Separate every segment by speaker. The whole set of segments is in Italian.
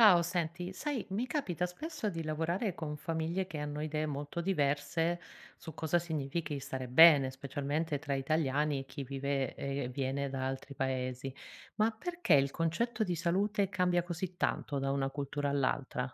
Speaker 1: Ciao, senti, sai, mi capita spesso di lavorare con famiglie che hanno idee molto diverse su cosa significhi stare bene, specialmente tra italiani e chi vive e viene da altri paesi. Ma perché il concetto di salute cambia così tanto da una cultura all'altra?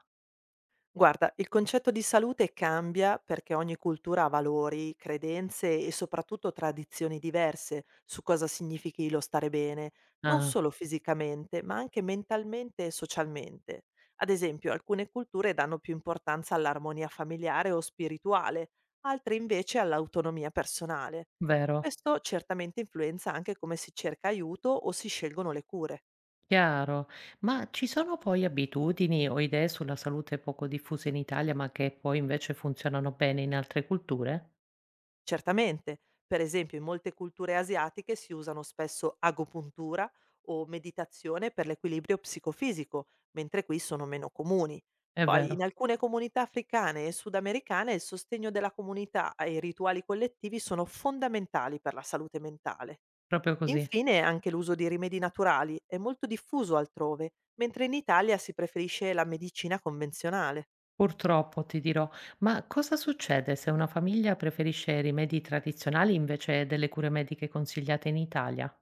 Speaker 2: Guarda, il concetto di salute cambia perché ogni cultura ha valori, credenze e soprattutto tradizioni diverse su cosa significhi lo stare bene, non
Speaker 1: Ah,
Speaker 2: solo fisicamente, ma anche mentalmente e socialmente. Ad esempio, alcune culture danno più importanza all'armonia familiare o spirituale, altre invece all'autonomia personale.
Speaker 1: vero,
Speaker 2: Questo certamente influenza anche come si cerca aiuto o si scelgono le cure.
Speaker 1: chiaro. Ma ci sono poi abitudini o idee sulla salute poco diffuse in Italia, ma che poi invece funzionano bene in altre culture?
Speaker 2: Certamente, per esempio in molte culture asiatiche si usano spesso agopuntura o meditazione per l'equilibrio psicofisico, mentre qui sono meno comuni.
Speaker 1: È
Speaker 2: Poi in
Speaker 1: vero,
Speaker 2: alcune comunità africane e sudamericane il sostegno della comunità e i rituali collettivi sono fondamentali per la salute mentale.
Speaker 1: proprio così.
Speaker 2: Infine anche l'uso di rimedi naturali è molto diffuso altrove, mentre in Italia si preferisce la medicina convenzionale.
Speaker 1: Purtroppo ti dirò, ma cosa succede se una famiglia preferisce rimedi tradizionali invece delle cure mediche consigliate in Italia?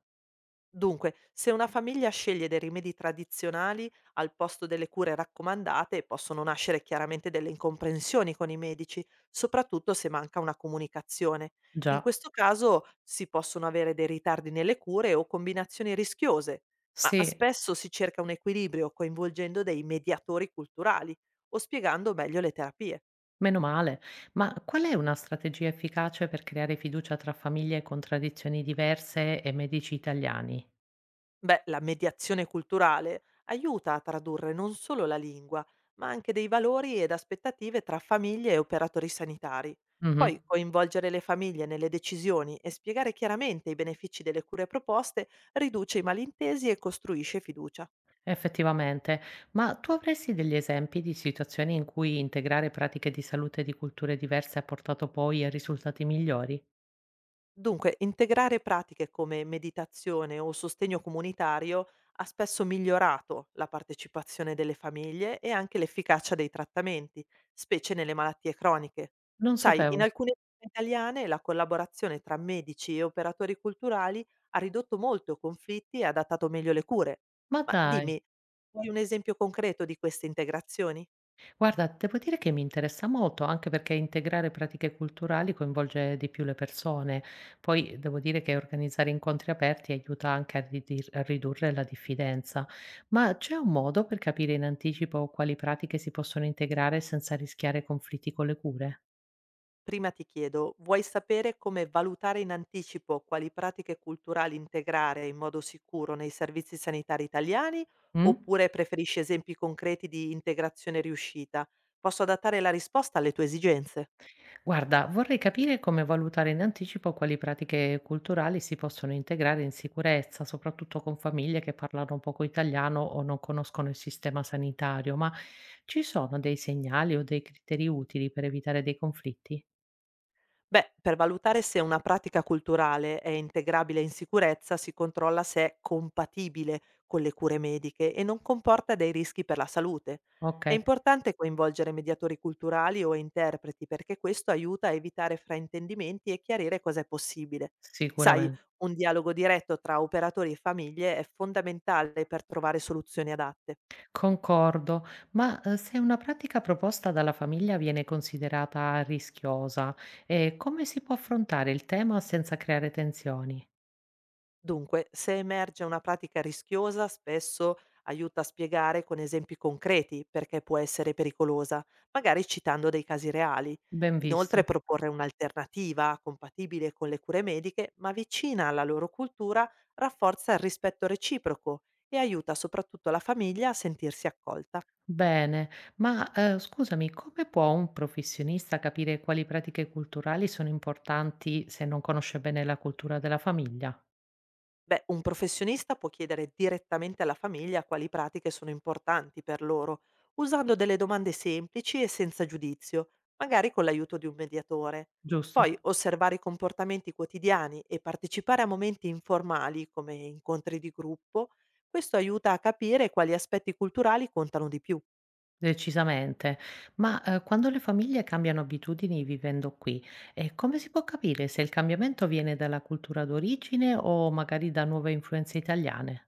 Speaker 2: Dunque, se una famiglia sceglie dei rimedi tradizionali al posto delle cure raccomandate, possono nascere chiaramente delle incomprensioni con i medici, soprattutto se manca una comunicazione. In
Speaker 1: Già,
Speaker 2: questo caso si possono avere dei ritardi nelle cure o combinazioni rischiose, ma
Speaker 1: sì,
Speaker 2: spesso si cerca un equilibrio coinvolgendo dei mediatori culturali o spiegando meglio le terapie.
Speaker 1: meno male. Ma qual è una strategia efficace per creare fiducia tra famiglie con tradizioni diverse e medici italiani?
Speaker 2: Beh, la mediazione culturale aiuta a tradurre non solo la lingua, ma anche dei valori ed aspettative tra famiglie e operatori sanitari.
Speaker 1: Mhm,
Speaker 2: Poi coinvolgere le famiglie nelle decisioni e spiegare chiaramente i benefici delle cure proposte riduce i malintesi e costruisce fiducia.
Speaker 1: effettivamente. Ma tu avresti degli esempi di situazioni in cui integrare pratiche di salute di culture diverse ha portato poi a risultati migliori?
Speaker 2: Dunque, integrare pratiche come meditazione o sostegno comunitario ha spesso migliorato la partecipazione delle famiglie e anche l'efficacia dei trattamenti, specie nelle malattie croniche.
Speaker 1: Non
Speaker 2: Sai, in
Speaker 1: sapevo.
Speaker 2: alcune città italiane la collaborazione tra medici e operatori culturali ha ridotto molto conflitti e adattato meglio le cure.
Speaker 1: Ma
Speaker 2: Ma
Speaker 1: dai.
Speaker 2: dimmi, vuoi un esempio concreto di queste integrazioni?
Speaker 1: Guarda, devo dire che mi interessa molto, anche perché integrare pratiche culturali coinvolge di più le persone. Poi devo dire che organizzare incontri aperti aiuta anche a ridurre la diffidenza. Ma c'è un modo per capire in anticipo quali pratiche si possono integrare senza rischiare conflitti con le cure?
Speaker 2: Prima ti chiedo, vuoi sapere come valutare in anticipo quali pratiche culturali integrare in modo sicuro nei servizi sanitari italiani
Speaker 1: Mm?
Speaker 2: oppure preferisci esempi concreti di integrazione riuscita? Posso adattare la risposta alle tue esigenze.
Speaker 1: Guarda, vorrei capire come valutare in anticipo quali pratiche culturali si possono integrare in sicurezza, soprattutto con famiglie che parlano poco italiano o non conoscono il sistema sanitario, ma ci sono dei segnali o dei criteri utili per evitare dei conflitti?
Speaker 2: Beh, per valutare se una pratica culturale è integrabile in sicurezza si controlla se è compatibile con le cure mediche e non comporta dei rischi per la salute.
Speaker 1: Ok,
Speaker 2: È importante coinvolgere mediatori culturali o interpreti perché questo aiuta a evitare fraintendimenti e chiarire cosa è possibile. Sai,
Speaker 1: sicuramente.
Speaker 2: un dialogo diretto tra operatori e famiglie è fondamentale per trovare soluzioni adatte.
Speaker 1: Concordo, ma se una pratica proposta dalla famiglia viene considerata rischiosa, come si può affrontare il tema senza creare tensioni?
Speaker 2: Dunque, se emerge una pratica rischiosa, spesso aiuta a spiegare con esempi concreti perché può essere pericolosa, magari citando dei casi reali.
Speaker 1: Ben
Speaker 2: Inoltre,
Speaker 1: visto.
Speaker 2: proporre un'alternativa compatibile con le cure mediche, ma vicina alla loro cultura, rafforza il rispetto reciproco e aiuta soprattutto la famiglia a sentirsi accolta.
Speaker 1: Bene, ma scusami, come può un professionista capire quali pratiche culturali sono importanti se non conosce bene la cultura della famiglia?
Speaker 2: Beh, un professionista può chiedere direttamente alla famiglia quali pratiche sono importanti per loro, usando delle domande semplici e senza giudizio, magari con l'aiuto di un mediatore. Poi
Speaker 1: Giusto?
Speaker 2: osservare i comportamenti quotidiani e partecipare a momenti informali come incontri di gruppo, questo aiuta a capire quali aspetti culturali contano di più.
Speaker 1: Decisamente. Ma quando le famiglie cambiano abitudini vivendo qui, come si può capire se il cambiamento viene dalla cultura d'origine o magari da nuove influenze italiane?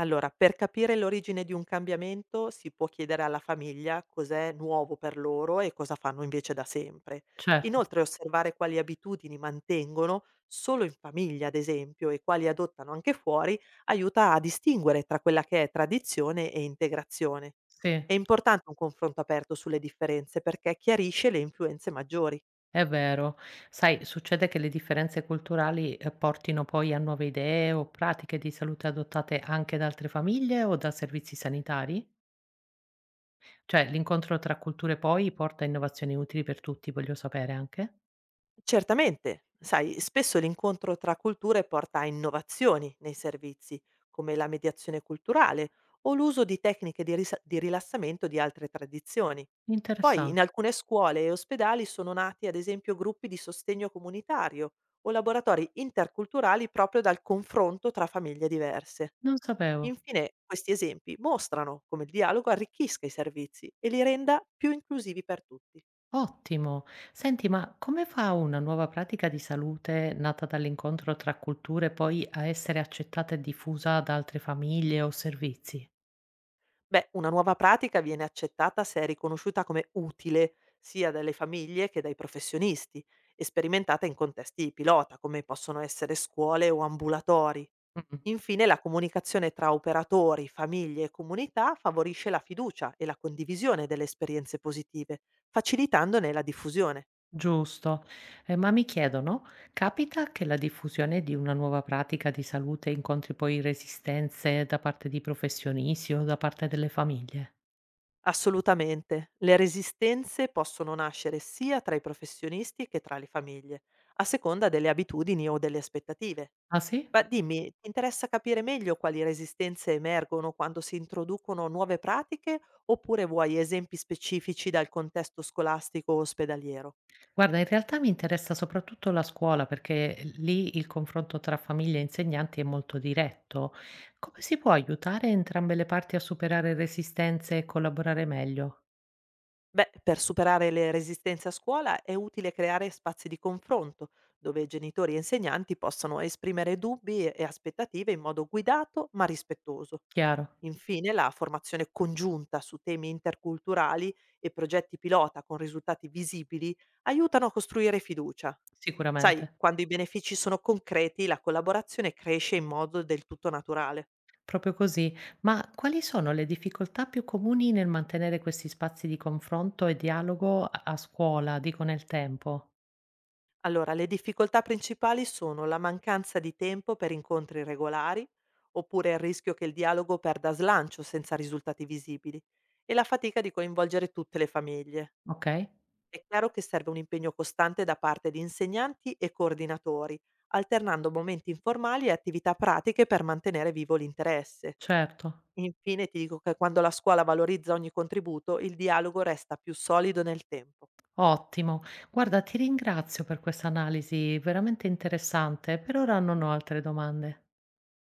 Speaker 2: Allora, per capire l'origine di un cambiamento si può chiedere alla famiglia cos'è nuovo per loro e cosa fanno invece da sempre.
Speaker 1: Certo,
Speaker 2: Inoltre osservare quali abitudini mantengono solo in famiglia, ad esempio, e quali adottano anche fuori, aiuta a distinguere tra quella che è tradizione e integrazione.
Speaker 1: sì.
Speaker 2: È importante un confronto aperto sulle differenze perché chiarisce le influenze maggiori.
Speaker 1: È vero. Sai, succede che le differenze culturali, portino poi a nuove idee o pratiche di salute adottate anche da altre famiglie o da servizi sanitari? Cioè, l'incontro tra culture poi porta a innovazioni utili per tutti, voglio sapere anche.
Speaker 2: Certamente, sai, spesso l'incontro tra culture porta a innovazioni nei servizi, come la mediazione culturale o l'uso di tecniche di, di rilassamento di altre tradizioni. Poi
Speaker 1: Interessan
Speaker 2: in alcune scuole e ospedali sono nati, ad esempio, gruppi di sostegno comunitario o laboratori interculturali proprio dal confronto tra famiglie diverse.
Speaker 1: non sapevo.
Speaker 2: Infine, questi esempi mostrano come il dialogo arricchisca i servizi e li renda più inclusivi per tutti.
Speaker 1: Ottimo. Senti, ma come fa una nuova pratica di salute nata dall'incontro tra culture poi a essere accettata e diffusa da altre famiglie o servizi?
Speaker 2: Beh, una nuova pratica viene accettata se è riconosciuta come utile sia dalle famiglie che dai professionisti e sperimentata in contesti pilota, come possono essere scuole o ambulatori.
Speaker 1: Mh-mh.
Speaker 2: Infine, la comunicazione tra operatori, famiglie e comunità favorisce la fiducia e la condivisione delle esperienze positive, facilitandone la diffusione.
Speaker 1: Giusto. Ma mi chiedono, capita che la diffusione di una nuova pratica di salute incontri poi resistenze da parte di professionisti o da parte delle famiglie?
Speaker 2: Assolutamente, le resistenze possono nascere sia tra i professionisti che tra le famiglie, a seconda delle abitudini o delle aspettative.
Speaker 1: Ah sì?
Speaker 2: Ma dimmi, ti interessa capire meglio quali resistenze emergono quando si introducono nuove pratiche oppure vuoi esempi specifici dal contesto scolastico o ospedaliero?
Speaker 1: Guarda, in realtà mi interessa soprattutto la scuola perché lì il confronto tra famiglie e insegnanti è molto diretto. Come si può aiutare entrambe le parti a superare resistenze e collaborare meglio?
Speaker 2: Beh, per superare le resistenze a scuola è utile creare spazi di confronto, dove genitori e insegnanti possono esprimere dubbi e aspettative in modo guidato ma rispettoso.
Speaker 1: Chiaro,
Speaker 2: Infine, la formazione congiunta su temi interculturali e progetti pilota con risultati visibili aiutano a costruire fiducia. Sai,
Speaker 1: sicuramente.
Speaker 2: quando i benefici sono concreti, la collaborazione cresce in modo del tutto naturale.
Speaker 1: Proprio così. Ma quali sono le difficoltà più comuni nel mantenere questi spazi di confronto e dialogo a scuola, dico nel tempo?
Speaker 2: Allora, le difficoltà principali sono la mancanza di tempo per incontri regolari, oppure il rischio che il dialogo perda slancio senza risultati visibili, e la fatica di coinvolgere tutte le famiglie.
Speaker 1: Okay,
Speaker 2: È chiaro che serve un impegno costante da parte di insegnanti e coordinatori, alternando momenti informali e attività pratiche per mantenere vivo l'interesse.
Speaker 1: certo.
Speaker 2: Infine ti dico che quando la scuola valorizza ogni contributo, il dialogo resta più solido nel tempo.
Speaker 1: Ottimo. Guarda, ti ringrazio per questa analisi veramente interessante. Per ora non ho altre domande.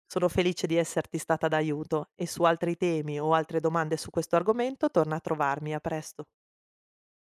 Speaker 2: Sono felice di esserti stata d'aiuto e su altri temi o altre domande su questo argomento torna a trovarmi, a presto.